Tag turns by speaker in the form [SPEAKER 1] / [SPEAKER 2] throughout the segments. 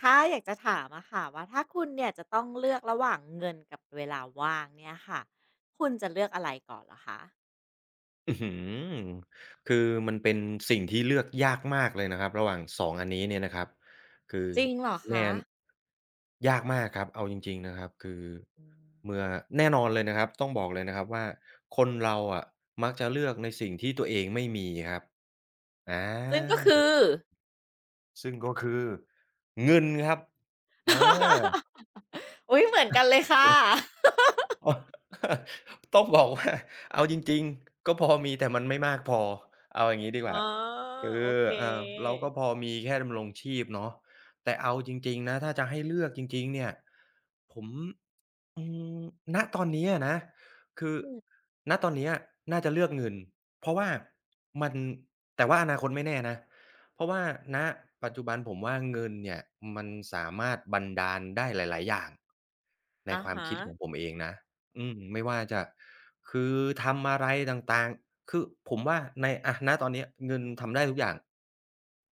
[SPEAKER 1] ค่ะอยากจะถามอะค่ะว่าถ้าคุณเนี่ยจะต้องเลือกระหว่างเงินกับเวลาว่างเนี่ยค่ะคุณจะเลือกอะไรก่อนเหรอคะ
[SPEAKER 2] อื้อฮือคือมันเป็นสิ่งที่เลือกยากมากเลยนะครับระหว่างสองอันนี้เนี่ยนะครับคือ
[SPEAKER 1] จริงเหรอ
[SPEAKER 2] แน่
[SPEAKER 1] คะ
[SPEAKER 2] ยากมากครับเอาจริงๆนะครับคือ
[SPEAKER 1] อื
[SPEAKER 2] เมื่อ
[SPEAKER 1] ม
[SPEAKER 2] แน่นอนเลยนะครับต้องบอกเลยนะครับว่าคนเราอะมักจะเลือกในสิ่งที่ตัวเองไม่มีครับอ
[SPEAKER 1] ซึ่งก็
[SPEAKER 2] า
[SPEAKER 1] คือ
[SPEAKER 2] ซึ่งก็คือเงินครับอา
[SPEAKER 1] อุ๊ยเหมือนกันเลยค่ะ
[SPEAKER 2] อ๋อ ต้องบอกว่าเอาจริงๆก็พอมีแต่มันไม่มากพอเอาอย่างนี้ดีก
[SPEAKER 1] อ๋อ
[SPEAKER 2] ว่าคือ
[SPEAKER 1] โอเค
[SPEAKER 2] เออเราก็พอมีแค่ดำรงชีพเนาะแต่เอาจริงๆนะถ้าจะให้เลือกจริงๆเนี่ยผม อืมณตอนนี้อะนะคือ
[SPEAKER 1] อืม
[SPEAKER 2] ณตอนเนี้ยน่าจะเลือกเงินเพราะว่ามันแต่ว่าอนาคตไม่แน่นะเพราะว่าณปัจจุบันผมว่าเงินเนี่ยมันสามารถบันดาลได้หลายๆอย่างใน
[SPEAKER 1] อะ
[SPEAKER 2] ความ
[SPEAKER 1] ฮะ
[SPEAKER 2] คิดของผมเองนะอืมไม่ว่าจะคือทำอะไรต่างๆคือผมว่าในณตอนเนี้ยเงินทำได้ทุกอย่าง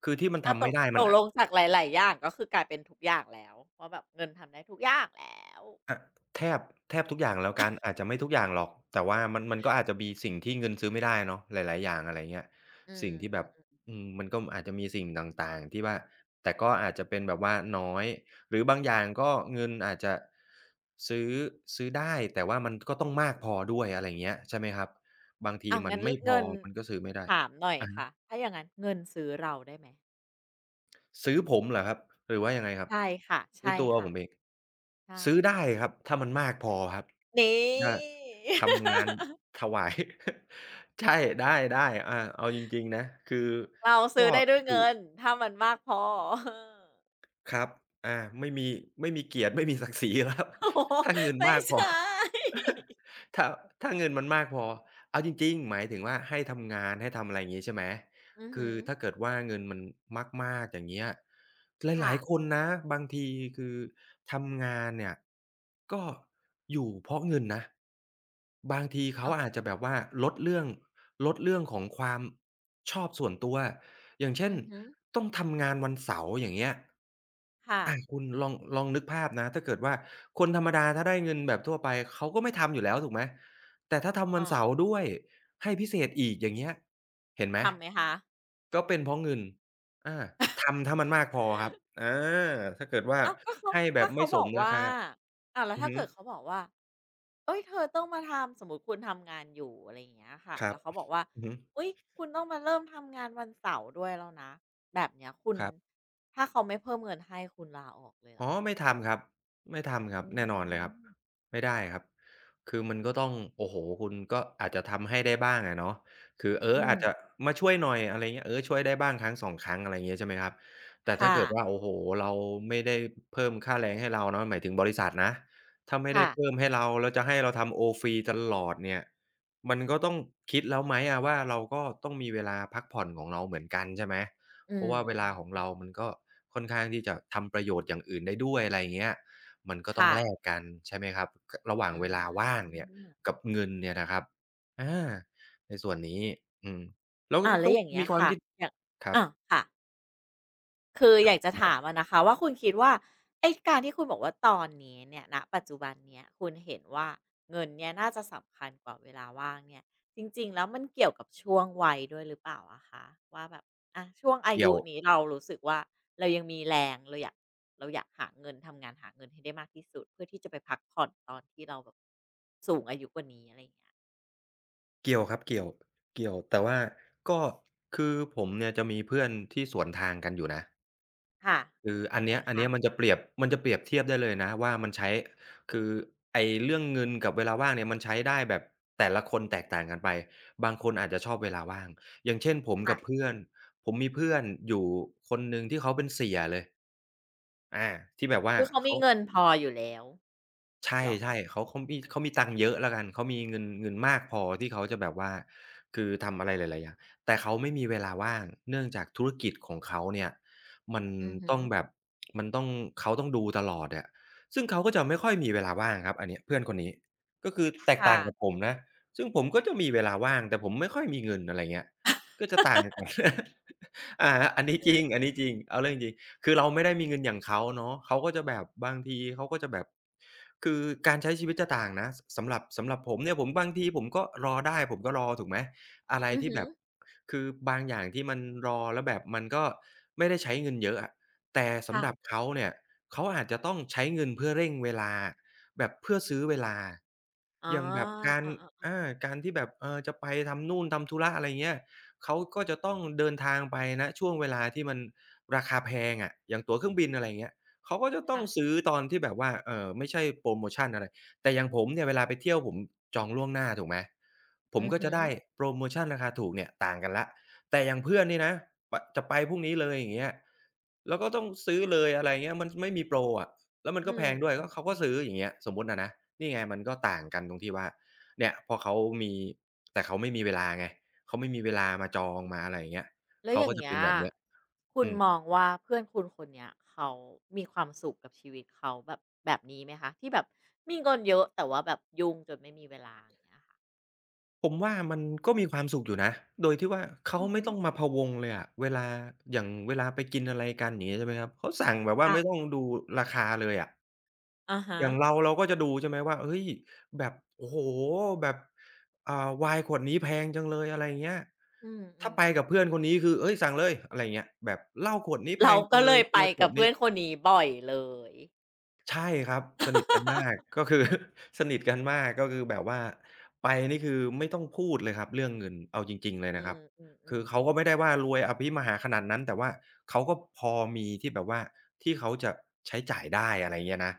[SPEAKER 2] คือที่มัน
[SPEAKER 1] อา
[SPEAKER 2] ทำไม่ได้
[SPEAKER 1] ต
[SPEAKER 2] มัน
[SPEAKER 1] กล
[SPEAKER 2] อะ
[SPEAKER 1] งจากหลายๆอย่างก็คือกลายเป็นทุกอย่างแล้วว่าแบบเงินทำได้ทุกอย่างแล้ว
[SPEAKER 2] อะแทบแทบทุกอย่างแล้วกันอาจจะไม่ทุกอย่างหรอกแต่ว่ามันก็อาจจะมีสิ่งที่เงินซื้อไม่ได้เนาะหลายๆอย่างอะไรเงี้ย
[SPEAKER 1] อื
[SPEAKER 2] สิ่งที่แบบ
[SPEAKER 1] ม
[SPEAKER 2] อืมมันก็อาจจะมีสิ่งต่างๆที่ว่าแต่ก็อาจจะเป็นแบบว่าน้อยหรือบางอย่างก็เงินอาจจะซื้อได้แต่ว่ามันก็ต้องมากพอด้วยอะไรเงี้ยใช่ไหมครับบางที
[SPEAKER 1] อ้าว
[SPEAKER 2] มัน
[SPEAKER 1] งั้น
[SPEAKER 2] ไม่พอ
[SPEAKER 1] เงิน
[SPEAKER 2] มันก็ซื้อไม่ได้
[SPEAKER 1] ถามหน่อย
[SPEAKER 2] อะฮะ
[SPEAKER 1] ค่ะถ้าอย่างงั้นเงินซื้อเราได้ไหม
[SPEAKER 2] ซื้อผมเหรอครับหรือว่ายังไงครับ
[SPEAKER 1] ใช่ค่ะ
[SPEAKER 2] ซื้อ
[SPEAKER 1] ใช่
[SPEAKER 2] ตัว
[SPEAKER 1] ค่ะ
[SPEAKER 2] ผมเอง
[SPEAKER 1] ใช่
[SPEAKER 2] ซื้อได้ครับถ้ามันมากพอครับ
[SPEAKER 1] นี่
[SPEAKER 2] ถ้าทำงาน ถวาย ใช่ได้ๆเอาจริงๆนะคือ
[SPEAKER 1] เรา
[SPEAKER 2] ก็
[SPEAKER 1] ซื้อได้ด้วย
[SPEAKER 2] อยู่
[SPEAKER 1] เงินถ้ามันมากพอ
[SPEAKER 2] ครับไม่มีไม่มีเกียรติ ไม่มีศักดิ์ศรีแล้ว
[SPEAKER 1] อโอ้โห
[SPEAKER 2] ถ้าเงิน
[SPEAKER 1] ไม่
[SPEAKER 2] มาก
[SPEAKER 1] ใช
[SPEAKER 2] พอ
[SPEAKER 1] ่
[SPEAKER 2] ถ้าเงินมันมากพอเอาจริงๆหมายถึงว่าให้ทำงานให้ทำอะไรอย่างงี้ใช่ไหม
[SPEAKER 1] อือฮ
[SPEAKER 2] คือถ้าเกิดว่าเงินมันมากๆอย่างเงี้ยห
[SPEAKER 1] ค่ะ
[SPEAKER 2] ลายๆคนนะบางทีคือทำงานเนี่ยก็อยู่เพราะเงินนะบางทีเขา
[SPEAKER 1] อ
[SPEAKER 2] อาจจะแบบว่าลดเรื่องของความชอบส่วนตัวอย่างเช่
[SPEAKER 1] อ
[SPEAKER 2] น
[SPEAKER 1] อือหือ
[SPEAKER 2] ต้องทำงานวันเสาร์อย่างเงี้ย
[SPEAKER 1] ค่ะ
[SPEAKER 2] คุณลองนึกภาพนะถ้าเกิดว่าคนธรรมดาถ้าได้เงินแบบทั่วไปเขาก็ไม่ทำอยู่แล้วถูกไหมแต่ถ้าทำวั
[SPEAKER 1] อ๋อ
[SPEAKER 2] นเสาร์ด้วยให้พิเศษอีกอย่างเงี้ยเห็นไหม
[SPEAKER 1] ทำไหมคะ
[SPEAKER 2] ก็เป็นเพราะเงินอาทำถ้ามันมากพอครับอาถ้าเกิดว่า
[SPEAKER 1] อ้าวก็เขา
[SPEAKER 2] ให้แบบ
[SPEAKER 1] ถ้า
[SPEAKER 2] ไม่
[SPEAKER 1] เขา
[SPEAKER 2] ส
[SPEAKER 1] บอ
[SPEAKER 2] ม
[SPEAKER 1] ก
[SPEAKER 2] รา
[SPEAKER 1] ว่า
[SPEAKER 2] คา
[SPEAKER 1] อ้าวแล้
[SPEAKER 2] อื
[SPEAKER 1] ว
[SPEAKER 2] อ
[SPEAKER 1] ถ้า
[SPEAKER 2] ฮึ
[SPEAKER 1] เกิดเขาบอกว่าเฮ้ย เธอต้องมาทำสมมุติคุณทำงานอยู่อะไรอย่างเงี้ยค่ะ
[SPEAKER 2] ครั
[SPEAKER 1] แล้
[SPEAKER 2] บ
[SPEAKER 1] วเขาบอกว่า
[SPEAKER 2] อือฮึ
[SPEAKER 1] อุ๊ยคุณต้องมาเริ่มทำงานวันเสาร์ด้วยแล้วนะ แบบเนี้ยคุณ
[SPEAKER 2] ครับ
[SPEAKER 1] ถ้าเขาไม่เพิ่มเงินให้ คุณลาออกเลยเหร
[SPEAKER 2] อ๋อ
[SPEAKER 1] อคะ
[SPEAKER 2] ไม่ทำครับไม่ทำครั
[SPEAKER 1] อื
[SPEAKER 2] บแน่นอนเลย
[SPEAKER 1] ม
[SPEAKER 2] ครับไม่ได้ครับคือมันก็ต้องโอ้โฮคุณก็อาจจะทำให้ได้บ้างอะเนาะคือเออ
[SPEAKER 1] อืม
[SPEAKER 2] อาจจะมาช่วยหน่อยอะไรเงี้ยเออช่วยได้บ้างครั้งสองครั้งอะไรอย่างเงี้ยใช่ไหมครับแต่ถ้า
[SPEAKER 1] ค่ะ
[SPEAKER 2] เกิดว่าโอ้โฮเราไม่ได้เพิ่มค่าแรงให้เราเนาะหมายถึงบริษัทนะถ้าไม่ได้
[SPEAKER 1] ค่ะ
[SPEAKER 2] เพิ่มให้เราแล้วจะให้เราทำโอฟรีตลอดเนี่ยมันก็ต้องคิดแล้วไหมอะว่าเราก็ต้องมีเวลาพักผ่อนของเราเหมือนกันใช่ไหม
[SPEAKER 1] อื
[SPEAKER 2] เพราะ
[SPEAKER 1] ม
[SPEAKER 2] ว่าเวลาของ
[SPEAKER 1] ๆ
[SPEAKER 2] เรามันก็ค่อนข้างที่จะทำประโยชน์อย่างอื่นได้ด้วยอะไรอย่างเงี้ยมันก็ต้อง
[SPEAKER 1] ค่ะ
[SPEAKER 2] แลกกันใช่ไหมครับกระหว่างเวลา
[SPEAKER 1] อา
[SPEAKER 2] ว่างเนี่ยกับเงินเนี่ยนะครับอาในส่วนนี้อืมแล้วก็
[SPEAKER 1] อาแล้
[SPEAKER 2] ก็
[SPEAKER 1] วอย่างเงี้
[SPEAKER 2] มี
[SPEAKER 1] ย
[SPEAKER 2] ความ
[SPEAKER 1] ค่ะ
[SPEAKER 2] คิด
[SPEAKER 1] อย่าง
[SPEAKER 2] ครับ
[SPEAKER 1] อาค่ะ คืออยากจะ
[SPEAKER 2] ครั
[SPEAKER 1] ถาม
[SPEAKER 2] บ
[SPEAKER 1] อะนะคะว่าคุณคิดว่าไอ้การที่คุณบอกว่าตอนนี้เนี่ยณปัจจุบันเนี่ยคุณเห็นว่าเงินเนี่ยน่าจะสำคัญกว่าเวลาว่างเนี่ยจริงๆแล้วมันเกี่ยวกับช่วงวัยด้วยหรือเปล่าอะคะว่าแบบอ่ะช่วงอา
[SPEAKER 2] เกี่ย
[SPEAKER 1] ยุ
[SPEAKER 2] ว
[SPEAKER 1] นี้เรารู้สึกว่าเรายังมีแรงเราอยากหาเงินทำงานหาเงินให้ได้มากที่สุดเพื่อที่จะไปพักผ่อนตอนที่เราแบบสูงอายุกว่านี้อะไรอย่างเงี้ย
[SPEAKER 2] ครับเกี่ยวแต่ว่าก็คือผมเนี่ยจะมีเพื่อนที่สวนทางกันอยู่นะ
[SPEAKER 1] ค่ะ
[SPEAKER 2] คือ
[SPEAKER 1] ยังไง
[SPEAKER 2] อัน
[SPEAKER 1] คะ
[SPEAKER 2] เนี้ยมันจะเปรียบมันจะเปรียบเทียบได้เลยนะว่ามันใช้คือไอ้เรื่องเงินกับเวลาว่างเนี่ยมันใช้ได้แบบแต่ละคนแตกต่างกันไปบางคนอาจจะชอบเวลาว่างอย่างเช่นผมกับ
[SPEAKER 1] ค่ะ
[SPEAKER 2] เพื่อนผมมีเพื่อนอยู่คนหนึ่งที่เขาเป็นเสี่ยเลยอาที่แบบว่า
[SPEAKER 1] คือเขามี
[SPEAKER 2] เขา
[SPEAKER 1] เงินพออยู่แล้ว
[SPEAKER 2] ใช
[SPEAKER 1] เหรอ
[SPEAKER 2] ่ๆเขามี
[SPEAKER 1] อื
[SPEAKER 2] เขา
[SPEAKER 1] ม
[SPEAKER 2] มีตังค์เยอะแล้วกันเขามีเงินมากพอที่เขาจะแบบว่าคือทำอะไรหลายๆอย่างแต่เขาไม่มีเวลาว่างเนื่องจากธุรกิจของเขาเนี่ยมัน
[SPEAKER 1] ออหือฮึ
[SPEAKER 2] ต้องแบบมันต้องเขาต้องดูตลอดอะซึ่งเขาก็จะไม่ค่อยมีเวลาว่างครับอันเนี้ยเพื่อนคนนี้ก็คือแตกต่า
[SPEAKER 1] ค่ะ
[SPEAKER 2] งกับผมนะซึ่งผมก็จะมีเวลาว่างแต่ผมไม่ค่อยมีเงินอะไรเงี้ยก็จะต่างกัน อันนี้จริงอันนี้จริงเอาเรื่องจริงคือเราไม่ได้มีเงินอย่างเขาเนาะเขาก็จะแบบบางทีเขาก็จะแบบคือการใช้ชีวิตจะต่างนะสำหรับสำหรับผมเนี่ยผมบางทีผมก็รอได้ผมก็รอถูกไหมอะไร
[SPEAKER 1] อือ
[SPEAKER 2] ที่
[SPEAKER 1] ฮึ
[SPEAKER 2] แบบคือบางอย่างที่มันรอแล้วแบบมันก็ไม่ได้ใช้เงินเยอะอะแต่สำ
[SPEAKER 1] ค่ะ
[SPEAKER 2] หรับเขาเนี่ยเขาอาจจะต้องใช้เงินเพื่อเร่งเวลาแบบเพื่อซื้อเวลา
[SPEAKER 1] อ๋อ
[SPEAKER 2] อย่างแบบการ
[SPEAKER 1] อาๆ
[SPEAKER 2] อาการที่แบบจะไปทำนู่นทำธุระอะไรเงี้ย เขาก็จะต้องเดินทางไปณช่วงเวลาที่มันราคาแพงอะอย่างตั๋วเครื่องบินอะไรอย่างเงี้ยเขาก็จะต้อง
[SPEAKER 1] ค่ะ
[SPEAKER 2] ซื้อตอนที่แบบว่าไม่ใช่โพรโมชันอะไรแต่อย่างผมเนี่ยเวลาไปเที่ยวผมจองล่วงหน้าถูกไหมผม
[SPEAKER 1] อือ
[SPEAKER 2] ก็
[SPEAKER 1] ฮึ
[SPEAKER 2] จะได้โพรโมชันราคาถูกเนี่ยต่างกันแล้วแต่อย่างเพื่อนนี่นะจะไปพรุ่งนี้เลยอย่างเงี้ยแล้วก็ต้องซื้อเลยอะไรอย่างเงี้ยมันไม่มีโพรอะแล้วมัน
[SPEAKER 1] อื
[SPEAKER 2] ก็แพ
[SPEAKER 1] ม
[SPEAKER 2] งด้วย
[SPEAKER 1] อ
[SPEAKER 2] ก็เขา
[SPEAKER 1] ื
[SPEAKER 2] ก็ซื้อ
[SPEAKER 1] ๆ
[SPEAKER 2] อย่างเงี้ยสมมุติอะนะนี่ไงมันก็ต่างกันตรงที่ว่าเนี่ยพอเขามีแต่เขาไม่มีเวลาไง เขาไม่มีเวลามาจองมาอะไรอย่างเงี้ย
[SPEAKER 1] แล้ว
[SPEAKER 2] เขา
[SPEAKER 1] อย่า
[SPEAKER 2] ก็
[SPEAKER 1] ง
[SPEAKER 2] จะ
[SPEAKER 1] เงี้
[SPEAKER 2] เป็
[SPEAKER 1] ย
[SPEAKER 2] นแบบเนี้ย
[SPEAKER 1] คุ
[SPEAKER 2] อื
[SPEAKER 1] ณ
[SPEAKER 2] ม
[SPEAKER 1] มองว่าเพื่อนคุณคนเนี้ยเขามีความสุขกับชีวิตเขาแบบแบบนี้ไหมคะที่แบบมีเงินเยอะแต่ว่าแบบยุ่งจนไม่มีเวลาอย่างเงี้ยค่ะ
[SPEAKER 2] ผมว่ามันก็มีความสุขอยู่นะโดยที่ว่าเขา
[SPEAKER 1] อือ
[SPEAKER 2] ไม่
[SPEAKER 1] ฮึ
[SPEAKER 2] ต้องมาพะวงเลยอะเวลาอย่างเวลาไปกินอะไรกันอย่างงี้ใช่ไหมครับเขาสั่งแบบว่า
[SPEAKER 1] ค่ะ
[SPEAKER 2] ไม่ต้องดูราคาเลยอะ
[SPEAKER 1] อะฮะ
[SPEAKER 2] อย่างเราเราก็จะดูใช่ไหมว่าเฮ้ยแบบโอ้โฮแบบไวน์ขวดนี้แพงจังเลยอะไรอย่างเงี้ย
[SPEAKER 1] อืมอื
[SPEAKER 2] ถ้าไปกับเพื่อน
[SPEAKER 1] ๆ
[SPEAKER 2] คนนี้คือเฮ้ยสั่งเลยอะไรอย่างเงี้ยแบบเหล้าขวดนี้แพ
[SPEAKER 1] เรา
[SPEAKER 2] งจั
[SPEAKER 1] ก็
[SPEAKER 2] งเล
[SPEAKER 1] เล
[SPEAKER 2] ย
[SPEAKER 1] ยไป
[SPEAKER 2] เบียร์ข
[SPEAKER 1] กั
[SPEAKER 2] ว
[SPEAKER 1] บ
[SPEAKER 2] ด
[SPEAKER 1] เพื่
[SPEAKER 2] นี้
[SPEAKER 1] อนคนนี้บ่อยเลย
[SPEAKER 2] ใช่ครับสนิทกันมาก ก็คือ สนิทกันมากก็คือแบบว่าไปนี่คือไม่ต้องพูดเลยครับเรื่องเงินเอาจริงๆเลย
[SPEAKER 1] อื
[SPEAKER 2] นะครั
[SPEAKER 1] ม
[SPEAKER 2] บ
[SPEAKER 1] อื
[SPEAKER 2] คือเขาก็ไม่
[SPEAKER 1] ๆ
[SPEAKER 2] ได้ว่ารวยอภิมหาขนาดนั้นแต่ว่าเขาก็พอมีที่แบบว่าที่เขาจะใช้จ่ายได้อะไรเงี้ยนะ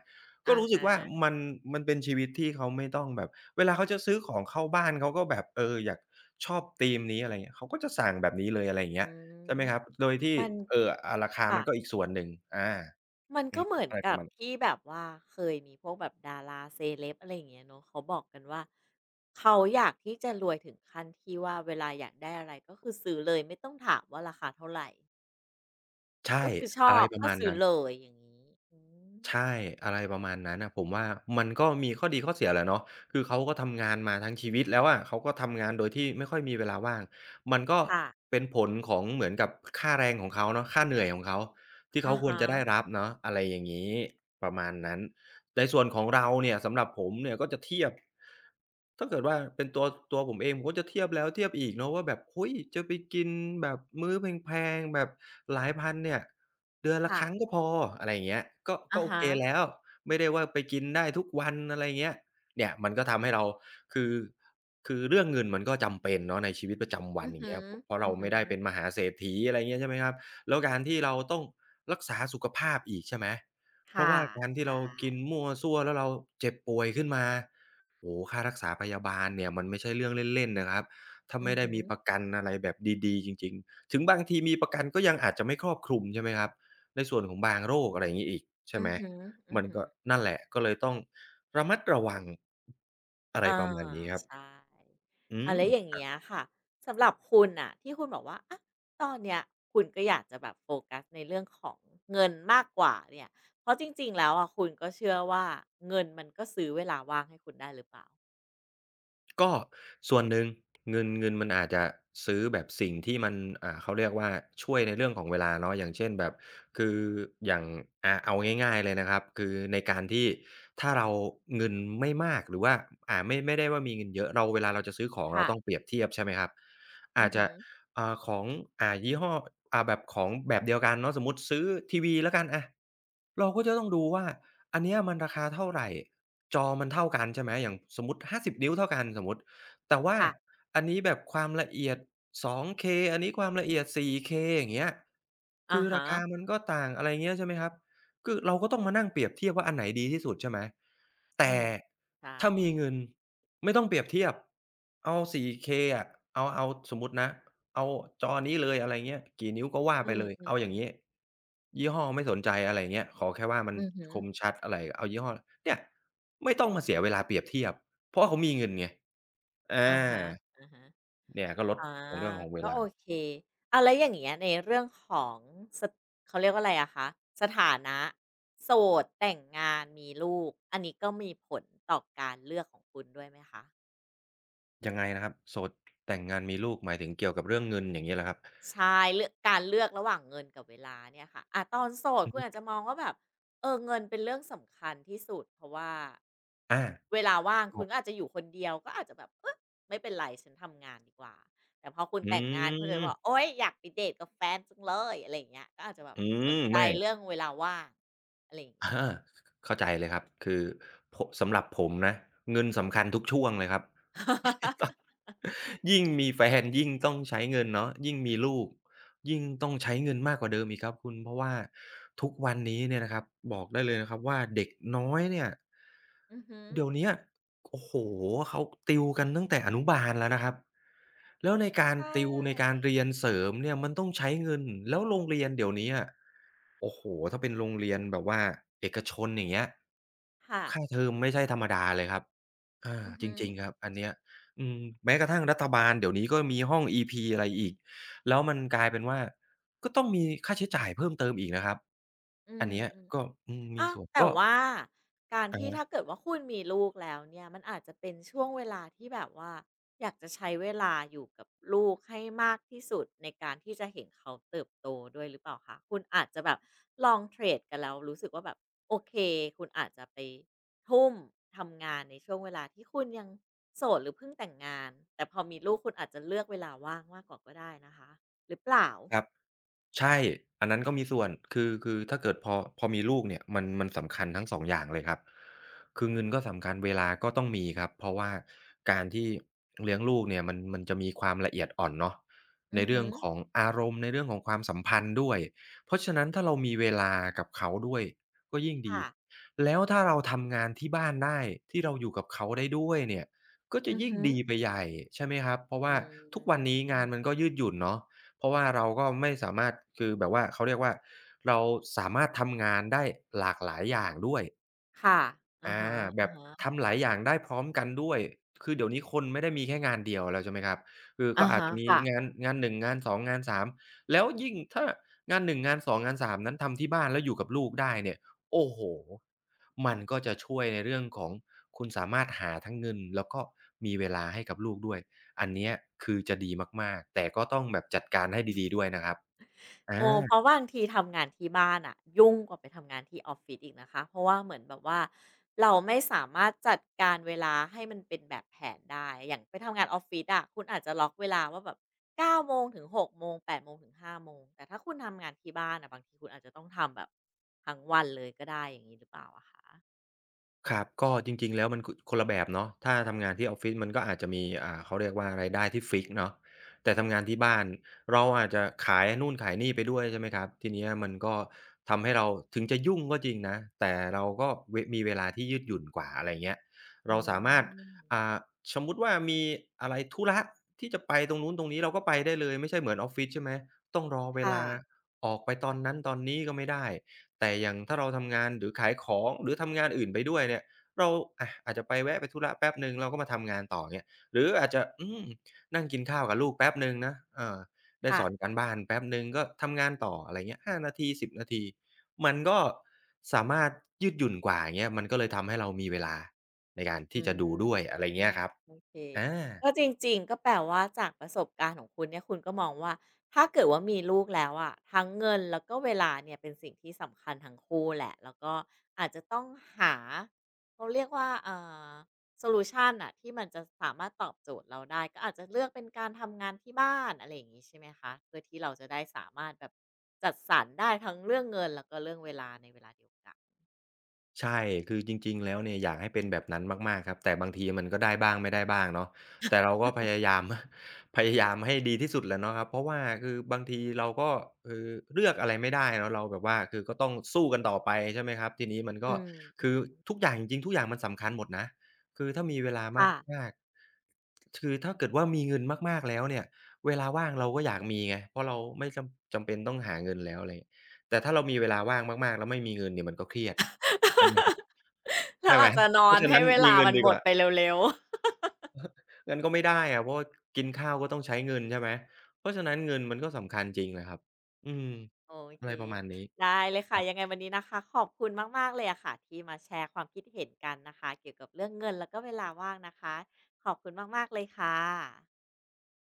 [SPEAKER 2] ก็
[SPEAKER 1] อะ
[SPEAKER 2] รู้สึก
[SPEAKER 1] ฮะ
[SPEAKER 2] ว่ามันมันเป็นชีวิตที่เขาไม่ต้องแบบเวลาเขาจะซื้อของเข้าบ้านเขาก็แบบอยากชอบธีมนี้อะไรเงี้ยเขาก็จะสั่งแบบนี้เลยอะไร
[SPEAKER 1] อื
[SPEAKER 2] เงี้ยใช่
[SPEAKER 1] ม
[SPEAKER 2] ไหมครับโดยที่
[SPEAKER 1] มัน
[SPEAKER 2] อ่ะราคามั
[SPEAKER 1] ค่ะ
[SPEAKER 2] นก็อีกส่วนหนึ่งอา
[SPEAKER 1] มัน
[SPEAKER 2] อ
[SPEAKER 1] ก็
[SPEAKER 2] ม
[SPEAKER 1] เหมือน
[SPEAKER 2] อะไรป
[SPEAKER 1] กั
[SPEAKER 2] ระ
[SPEAKER 1] บ
[SPEAKER 2] มาณ
[SPEAKER 1] ที่แบบว่าเคยมีพวกแบบดาราเซเลบอะไรอย่างเงี้ยเนาะเขาบอกกันว่าเขาอยากที่จะรวยถึงขั้นที่ว่าเวลาอยากได้อะไรก็คือซื้อเลยไม่ต้องถามว่าราคาเท่าไหร
[SPEAKER 2] ใช่
[SPEAKER 1] ก็คือช
[SPEAKER 2] อะ
[SPEAKER 1] อ
[SPEAKER 2] ไร
[SPEAKER 1] บ
[SPEAKER 2] ประ
[SPEAKER 1] ก็
[SPEAKER 2] มาณ
[SPEAKER 1] ซื้อ
[SPEAKER 2] นั้น
[SPEAKER 1] เลยอย่างนี้อืม
[SPEAKER 2] ใช่อะไรประมาณนั้นน่ะผมว่ามันก็มีข้อดีข้อเสียแหละเนาะคือเขาก็ทำงานมาทั้งชีวิตแล้วอะเขาก็ทำงานโดยที่ไม่ค่อยมีเวลาว่างมันก็
[SPEAKER 1] ค่ะ
[SPEAKER 2] เป็นผลของเหมือนกับค่าแรงของเขาเนาะค่าเหนื่อยของเขาที่
[SPEAKER 1] อะ
[SPEAKER 2] เขาควร
[SPEAKER 1] ฮะ
[SPEAKER 2] จะได้รับเนาะอะไรอย่างงี้ประมาณนั้นในส่วนของเราเนี่ยสำหรับผมเนี่ยก็จะเทียบถ้าเกิดว่าเป็นตัวตัวผมเองผมก็จะเทียบแล้วเทียบอีกเนาะว่าแบบเฮ้ยจะไปกินแบบมื้อแพงๆแบบหลายพันเนี่ย เดือนละ
[SPEAKER 1] ค่ะ
[SPEAKER 2] ครั้งก็พออะไรอย่างเงี้ยก็ก็
[SPEAKER 1] อะ
[SPEAKER 2] โอเค
[SPEAKER 1] ฮะ
[SPEAKER 2] แล้วไม่ได้ว่าไปกินได้ทุกวันอะไรเงี้ยเนี่ยมันก็ทำให้เราคือคือเรื่องเงินมันก็จำเป็นเนาะในชีวิตประจำวั
[SPEAKER 1] อื
[SPEAKER 2] น
[SPEAKER 1] อ
[SPEAKER 2] อย่าง
[SPEAKER 1] หื
[SPEAKER 2] เงี้
[SPEAKER 1] อ
[SPEAKER 2] ยเพราะ
[SPEAKER 1] อื
[SPEAKER 2] เรา
[SPEAKER 1] อหื
[SPEAKER 2] ไม่
[SPEAKER 1] อ
[SPEAKER 2] ได้เป็นมหาเศรษฐีอะไรเงี้ยใช่ไหมครับแล้วการที่เราต้องรักษาสุขภาพอีกใช่ไหมเพราะ
[SPEAKER 1] ค่ะ
[SPEAKER 2] ว่าการที่
[SPEAKER 1] ใช่
[SPEAKER 2] เรากินมั่วซั่วแล้วเราเจ็บป่วยขึ้นมาโอ้โฮค่ารักษาพยาบาลเนี่ยมันไม่ใช่เรื่องเล่นๆนะครับถ้า
[SPEAKER 1] อื
[SPEAKER 2] ไม่
[SPEAKER 1] อ
[SPEAKER 2] ได้
[SPEAKER 1] หือ
[SPEAKER 2] มีประกันอะไรแบบดีๆจริงๆถึงบางทีมีประกันก็ยังอาจจะไม่ครอบคลุมใช่ไหมครับ ในส่วนของบางโรคอะไรอย่างงี้อีกใช่
[SPEAKER 1] อื
[SPEAKER 2] ไหม
[SPEAKER 1] อหืออือ
[SPEAKER 2] มัน
[SPEAKER 1] หื
[SPEAKER 2] ก็
[SPEAKER 1] อ
[SPEAKER 2] นั่นแหละก็เลยต้องระมัดระวังอะไร
[SPEAKER 1] อ่า
[SPEAKER 2] ประมาณนี้ครับ
[SPEAKER 1] ใช่
[SPEAKER 2] อื
[SPEAKER 1] อาไรอย่า
[SPEAKER 2] ม
[SPEAKER 1] งเงี้ยค่ะสำหรับคุณน่ะที่คุณบอกว่าอะตอนเนี้ยคุณก็อยากจะแบบโฟกัสในเรื่องของเงินมากกว่าเนี่ยเพราะจริงๆแล้วอะคุณก็เชื่อว่าเงินมันก็ซื้อเวลาว่างให้คุณได้หรือเปล่า
[SPEAKER 2] ก็ส่วนหนึ่งเงินเงินมันอาจจะซื้อแบบสิ่งที่มันเขาเรียกว่าช่วยในเรื่องของเวลาเนาะอย่างเช่นแบบคืออย่างเอาง่ายๆเลยนะครับคือในการที่ถ้าเราเงินไม่มากหรือว่าไม่ไม่ได้ว่ามีเงินเยอะเราเวลาเราจะซื้อของเรา
[SPEAKER 1] ค่ะ
[SPEAKER 2] ต้องเปรียบเทียบใช่ไหมครับ
[SPEAKER 1] อื
[SPEAKER 2] อา
[SPEAKER 1] อ
[SPEAKER 2] จ
[SPEAKER 1] ฮึ
[SPEAKER 2] จะของยี่ห้อแบบของแบบเดียวกันเนาะสมมุติซื้อทีวีแล้วกันอะ เราก็จะต้องดูว่าอันเนี้ยมันราคาเท่าไรจอมันเท่ากันใช่ไหมอย่างสมมุติ50นิ้วเท่ากันสมมุติแต่ว่า
[SPEAKER 1] ค่ะ
[SPEAKER 2] อันนี้แบบความละเอียด 2K องเคอันนี้ความละเอียดสี่เ k อย่างเงี้ย
[SPEAKER 1] อา
[SPEAKER 2] คือรา
[SPEAKER 1] ฮะ
[SPEAKER 2] คามันก็ต่างอะไรเงี้ยใช่ไหมครับคือเราก็ต้องมานั่งเปรียบเทียบว่าอันไหนดีที่สุดใช่ไหม
[SPEAKER 1] อื
[SPEAKER 2] แต่
[SPEAKER 1] มใช่
[SPEAKER 2] ถ้ามีเงินไม่ต้องเปรียบเทียบเอาสี่เคอะเอาสมมุตินะ เอาจอนี้เลยอะไรเงี้ยกี่นิ้วก็ว่า
[SPEAKER 1] อื
[SPEAKER 2] ไป
[SPEAKER 1] ม
[SPEAKER 2] เลยเอาอย่าง
[SPEAKER 1] ๆ
[SPEAKER 2] งี้
[SPEAKER 1] ๆ
[SPEAKER 2] ยี่ห้อไม่สนใจอะไรเงี้ยขอแค่ว่ามัน
[SPEAKER 1] อืมอฮึ
[SPEAKER 2] คม
[SPEAKER 1] อ
[SPEAKER 2] ชัดอะไรเอายี่ห้อเนี่ยไม่ต้องมาเสียเวลาเปรียบเทียบเพราะว่าเขามีเงินไงอา
[SPEAKER 1] อ่าฮะอ่าฮะ
[SPEAKER 2] เนี่ยก็ลด
[SPEAKER 1] อา
[SPEAKER 2] ของเรื่องของเว
[SPEAKER 1] ก็
[SPEAKER 2] ลา
[SPEAKER 1] โอเคอ้าวแล้วอย่างเงี้ยในเรื่องของสเขาเรียกว่าอะไรอะคะสถานะโสดแต่งงานมีลูกอันนี้ก็มีผลต่อการเลือกของคุณด้วยไหมคะ
[SPEAKER 2] ยังไงนะครับโสดแต่งงานมีลูกหมายถึงเกี่ยวกับเรื่องเงินอย่างงี้เหรอครับ
[SPEAKER 1] ใช่เลือกการเลือกระหว่างเงินกับเวลาเนี่ยค่ะอ่ะตอนโสด
[SPEAKER 2] อือ
[SPEAKER 1] คุณอาจ
[SPEAKER 2] ฮึ
[SPEAKER 1] จะมองว่าแบบเออเงินเป็นเรื่องสำคัญที่สุดเพราะว่า
[SPEAKER 2] อา
[SPEAKER 1] เวลาว่าง
[SPEAKER 2] ค
[SPEAKER 1] คุ
[SPEAKER 2] รั
[SPEAKER 1] ณ
[SPEAKER 2] บ
[SPEAKER 1] ก็อาจจะอยู่คนเดียวก็อาจจะแบบเออไม่เป็นไรฉันทำงานดีกว่าแต่พอคุณ
[SPEAKER 2] อื
[SPEAKER 1] แต่งงานคุณเลยว่บ
[SPEAKER 2] ม
[SPEAKER 1] โอ๊ยอยากไปเดทกับแฟนจังเลยอะไรอย่างเงี้ยก็อาจจะแบบ
[SPEAKER 2] อืม
[SPEAKER 1] สนใจ
[SPEAKER 2] ไม่
[SPEAKER 1] เรื่องเวลาว่างอะไรอย่างเงี้
[SPEAKER 2] อา
[SPEAKER 1] ยค่ะ
[SPEAKER 2] เข้าใจเลยครับคือผสำหรับผมนะเงินสำคัญทุกช่วงเลยครับ ต้อง ยิ่งมีแฟนยิ่งต้องใช้เงินเนาะยิ่งมีลูกยิ่งต้องใช้เงินมากกว่าเดิมอีกครับคุณเพราะว่าทุกวันนี้เนี่ยนะครับบอกได้เลยนะครับว่าเด็กน้อยเนี่ย
[SPEAKER 1] อือฮึ
[SPEAKER 2] เดี๋ยวเนี้ยโอ้โฮเขาติวกันตั้งแต่อนุบาลแล้วนะครับแล้วในการ
[SPEAKER 1] ใช
[SPEAKER 2] ติวในกา
[SPEAKER 1] ่
[SPEAKER 2] รเรียนเสริมเนี่ยมันต้องใช้เงินแล้วโรงเรียนเดี๋ยวนี้อะ โอ้โฮถ้าเป็นโรงเรียนแบบว่าเอกชนอย่างเงี้ย
[SPEAKER 1] ค่ะ
[SPEAKER 2] ค่าเทอมไม่ใช่ธรรมดาเลยครับอา
[SPEAKER 1] อือ
[SPEAKER 2] จ
[SPEAKER 1] ฮึอ
[SPEAKER 2] ริงๆครับอันเนี้ยอืมแม้กระทั่งรัฐบาลเดี๋ยวนี้ก็มีห้อง EP อะไรอีกแล้วมันกลายเป็นว่าก็ต้องมีค่าใช้จ่ายเพิ่มเติมอีกนะครับ
[SPEAKER 1] อื
[SPEAKER 2] อัน
[SPEAKER 1] ม
[SPEAKER 2] เนี้ยก็อืมมี
[SPEAKER 1] อ้าว
[SPEAKER 2] ส่วน
[SPEAKER 1] แต่
[SPEAKER 2] ก็
[SPEAKER 1] ว่าการ
[SPEAKER 2] อะ
[SPEAKER 1] ที่
[SPEAKER 2] ฮะ
[SPEAKER 1] ถ้าเกิดว่าคุณมีลูกแล้วเนี่ยมันอาจจะเป็นช่วงเวลาที่แบบว่าอยากจะใช้เวลาอยู่กับลูกให้มากที่สุดในการที่จะเห็นเขาเติบโตด้วยหรือเปล่าคะคุณอาจจะแบบลองเทรดกันแล้วรู้สึกว่าแบบโอเคคุณอาจจะไปทุ่มทำงานในช่วงเวลาที่คุณยังโสดหรือเพิ่งแต่งงานแต่พอมีลูกคุณอาจจะเลือกเวลาว่างมากกว่าก็ได้นะคะหรือเปล่า
[SPEAKER 2] ครับใช่อันนั้นก็มีส่วนคือถ้าเกิดพอมีลูกเนี่ยมันสำคัญทั้งสองอย่างเลยครับคือเงินก็สำคัญเวลาก็ต้องมีครับเพราะว่าการที่เลี้ยงลูกเนี่ยมันจะมีความละเอียดอ่อนเนาะใน
[SPEAKER 1] อือ
[SPEAKER 2] เรื่
[SPEAKER 1] ฮึ
[SPEAKER 2] องของอารมณ์ในเรื่องของความสัมพันธ์ด้วยเพราะฉะนั้นถ้าเรามีเวลากับเขาด้วยก็ยิ่งดี
[SPEAKER 1] ค่ะ
[SPEAKER 2] แล้วถ้าเราทำงานที่บ้านได้ที่เราอยู่กับเขาได้ด้วยเนี่ยก็จะ
[SPEAKER 1] อือ
[SPEAKER 2] ยิ่ง
[SPEAKER 1] ฮึอ
[SPEAKER 2] ดีไปใหญ่ใช่ไหมครับเพราะ
[SPEAKER 1] อ
[SPEAKER 2] ว่าทุก
[SPEAKER 1] ื
[SPEAKER 2] วันนี้งาน
[SPEAKER 1] ม
[SPEAKER 2] มันก็ยืดหยุ่นเนาะ เพราะว่าเราก็ไม่สามารถคือแบบว่าเขาเรียกว่าเราสามารถทำงานได้หลากหลายอย่างด้วย
[SPEAKER 1] ค่ะอะ
[SPEAKER 2] อา
[SPEAKER 1] ฮะๆ
[SPEAKER 2] แบ
[SPEAKER 1] อา
[SPEAKER 2] บ
[SPEAKER 1] ฮะ
[SPEAKER 2] ทำหลายอย่างได้พร้อมกันด้วยคือเดี๋ยวนี้คนไม่ได้มีแค่งานเดียวแล้วใช่ไหมครับคือก็
[SPEAKER 1] อ่า
[SPEAKER 2] อาจ
[SPEAKER 1] ฮะ
[SPEAKER 2] จะมี
[SPEAKER 1] ค่ะ
[SPEAKER 2] งาน1งงาน2งงาน3แล้วยิ่งถ้างาน1งงาน2งงาน3นั้นทำที่บ้านแล้วอยู่กับลูกได้เนี่ยโอ้โฮมันก็จะช่วยในเรื่องของคุณสามารถหาทั้งเงินแล้วก็มีเวลาให้กับลูกด้วยอันเนี้ยคือจะดีมากๆแต่ก็ต้องแบบจัดการให้ดีๆด้วยนะครับอา
[SPEAKER 1] โอ้เพราะบางทีทำงานที่บ้านอะยุ่งกว่าไปทำงานที่ออฟฟิศอีกนะคะเพราะว่าเหมือนแบบว่าเราไม่สามารถจัดการเวลาให้มันเป็นแบบแผนได้ อย่างไปทำงานออฟฟิศอะคุณอาจจะล็อกเวลาว่าแบบเก้าโมงถึงหกโมงแปดโมงถึงห้าโมงแต่ถ้าคุณทำงานที่บ้านอะบางทีคุณอาจจะต้องทำแบบทั้งวันเลยก็ได้อย่างนี้หรือเปล่าอะคะ
[SPEAKER 2] ครับก็จริงๆแล้วมันคนละแบบเนาะถ้าทำงานที่ออฟฟิศมันก็อาจจะมีเขาเรียกว่ารายได้ที่ฟิกซ์เนาะแต่ทำงานที่บ้านเราอาจจะขายนู่นขายนี่ไปด้วยใช่ไหมครับทีเนี้ยมันก็ทำให้เราถึงจะยุ่งก็จริงนะแต่เราก็มีเวลาที่ยืดหยุ่นกว่าอะไรเงี้ย
[SPEAKER 1] อื
[SPEAKER 2] เราสามารถ
[SPEAKER 1] ม
[SPEAKER 2] อ่าสมมุติว่ามีอะไรธุระที่จะไปตรงนู้นตรงนี้เราก็ไปได้เลยไม่ใช่เหมือนออฟฟิศใช่ไหมต้องรอเว
[SPEAKER 1] ค่ะ
[SPEAKER 2] ลาออกไปตอนนั้นตอนนี้ก็ไม่ได้ แต่อย่างถ้าเราทำงานหรือขายของหรือทำงานอื่นไปด้วยเนี่ยเราอาจจะไปแวะไปธุระแป๊บหนึ่งเราก็มาทำงานต่อเงี้ยหรืออาจจะนั่งกินข้าวกับลูกแป๊บหนึ่งนะเออได้
[SPEAKER 1] ค่ะ
[SPEAKER 2] สอนการบ้านแป๊บหนึ่งก็ทำงานต่ออะไรเงี้ย5 นาที 10 นาทีมันก็สามารถยืดหยุ่นกว่าอย่างเงี้ยมันก็เลยทำให้เรามีเวลาในการ
[SPEAKER 1] อ
[SPEAKER 2] ที่จะดู
[SPEAKER 1] ื
[SPEAKER 2] ด้วยอะไร
[SPEAKER 1] ม
[SPEAKER 2] เงี้ยครับ
[SPEAKER 1] โอเค
[SPEAKER 2] อา
[SPEAKER 1] ก็จริงๆก็แปลว่าจากประสบการณ์ของคุณเนี่ยคุณก็มองว่าถ้าเกิดว่ามีลูกแล้วอะทั้งเงินแล้วก็เวลาเนี่ยเป็นสิ่งที่สำคัญทั้งคู่แหละแล้วก็อาจจะต้องหาเขาเรียกว่าอโซลูชันน่ะที่มันจะสามารถตอบโจทย์เราได้ก็อาจจะเลือกเป็นการทำงานที่บ้านอะไรอย่างงี้ใช่ไหมคะเพื่อที่เราจะได้สามารถแบบจัดสรรได้ทั้งเรื่องเงินแล้วก็เรื่องเวลาในเวลาเดียวกัน
[SPEAKER 2] ใช่ คือจริงๆแล้วเนี่ยอยากให้เป็นแบบนั้นมากๆครับแต่บางทีมันก็ได้บ้างไม่ได้บ้างเนาะแต่เราก็พยายาม พยายามให้ดีที่สุดแหละเนาะครับเพราะว่าคือบางทีเราก็คือเลือกอะไรไม่ได้เนาะเราแบบว่าคือก็ต้องสู้กันต่อไปใช่ไหมครับทีนี้มันก็
[SPEAKER 1] อืม
[SPEAKER 2] คือทุกอย่างจริงๆทุกอย่างมันสำคัญหมดนะคือถ้ามีเวลา
[SPEAKER 1] ๆค่ะ
[SPEAKER 2] มากๆคือถ้าเกิดว่ามีเงินมากๆแล้วเนี่ยเวลาว่างเราก็อยากมีไงเพราะเราไม่จำเป็นต้องหาเงินแล้วอะไรแต่ถ้าเรามีเวลาว่างมากๆแล้วไม่มีเงินเนี่ยมันก็เครียดใช่ไหมครับ
[SPEAKER 1] เรา
[SPEAKER 2] ใช่ไหม
[SPEAKER 1] อาจจะน
[SPEAKER 2] เพ
[SPEAKER 1] อ
[SPEAKER 2] ราะ
[SPEAKER 1] น
[SPEAKER 2] ฉะ
[SPEAKER 1] ให้
[SPEAKER 2] นั้น
[SPEAKER 1] เว
[SPEAKER 2] มี
[SPEAKER 1] ลา
[SPEAKER 2] เงิน
[SPEAKER 1] มัน
[SPEAKER 2] ดี
[SPEAKER 1] หม
[SPEAKER 2] ก
[SPEAKER 1] ด
[SPEAKER 2] ว่า
[SPEAKER 1] ไปเร็วๆ
[SPEAKER 2] งั้นก็ไม่ได้อะเพราะว่ากินข้าวก็ต้องใช้เงินใช่ไหม เพราะฉะนั้นเงินมันก็
[SPEAKER 1] อื
[SPEAKER 2] สำ
[SPEAKER 1] ม
[SPEAKER 2] คัญจริงแหละครับ อืม
[SPEAKER 1] โอ
[SPEAKER 2] อะ
[SPEAKER 1] เค
[SPEAKER 2] ไรประมาณนี้
[SPEAKER 1] ได้เลย
[SPEAKER 2] ค
[SPEAKER 1] ค่ะ
[SPEAKER 2] รั
[SPEAKER 1] ยังไง
[SPEAKER 2] บ
[SPEAKER 1] วันนี้นะคะขอบคุณมากๆเลยอะค่ะที่มาแชร์ความคิดเห็นกันนะคะเกี่ยวกับเรื่องเงินแล้วก็เวลาว่างนะคะขอบคุณมากๆเลยค่ะ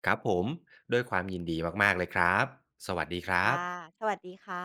[SPEAKER 2] ครับผมด้วยความยินดีมากๆเลยครับ สวัสดีครับ
[SPEAKER 1] ค่ะสวัสดีค่ะ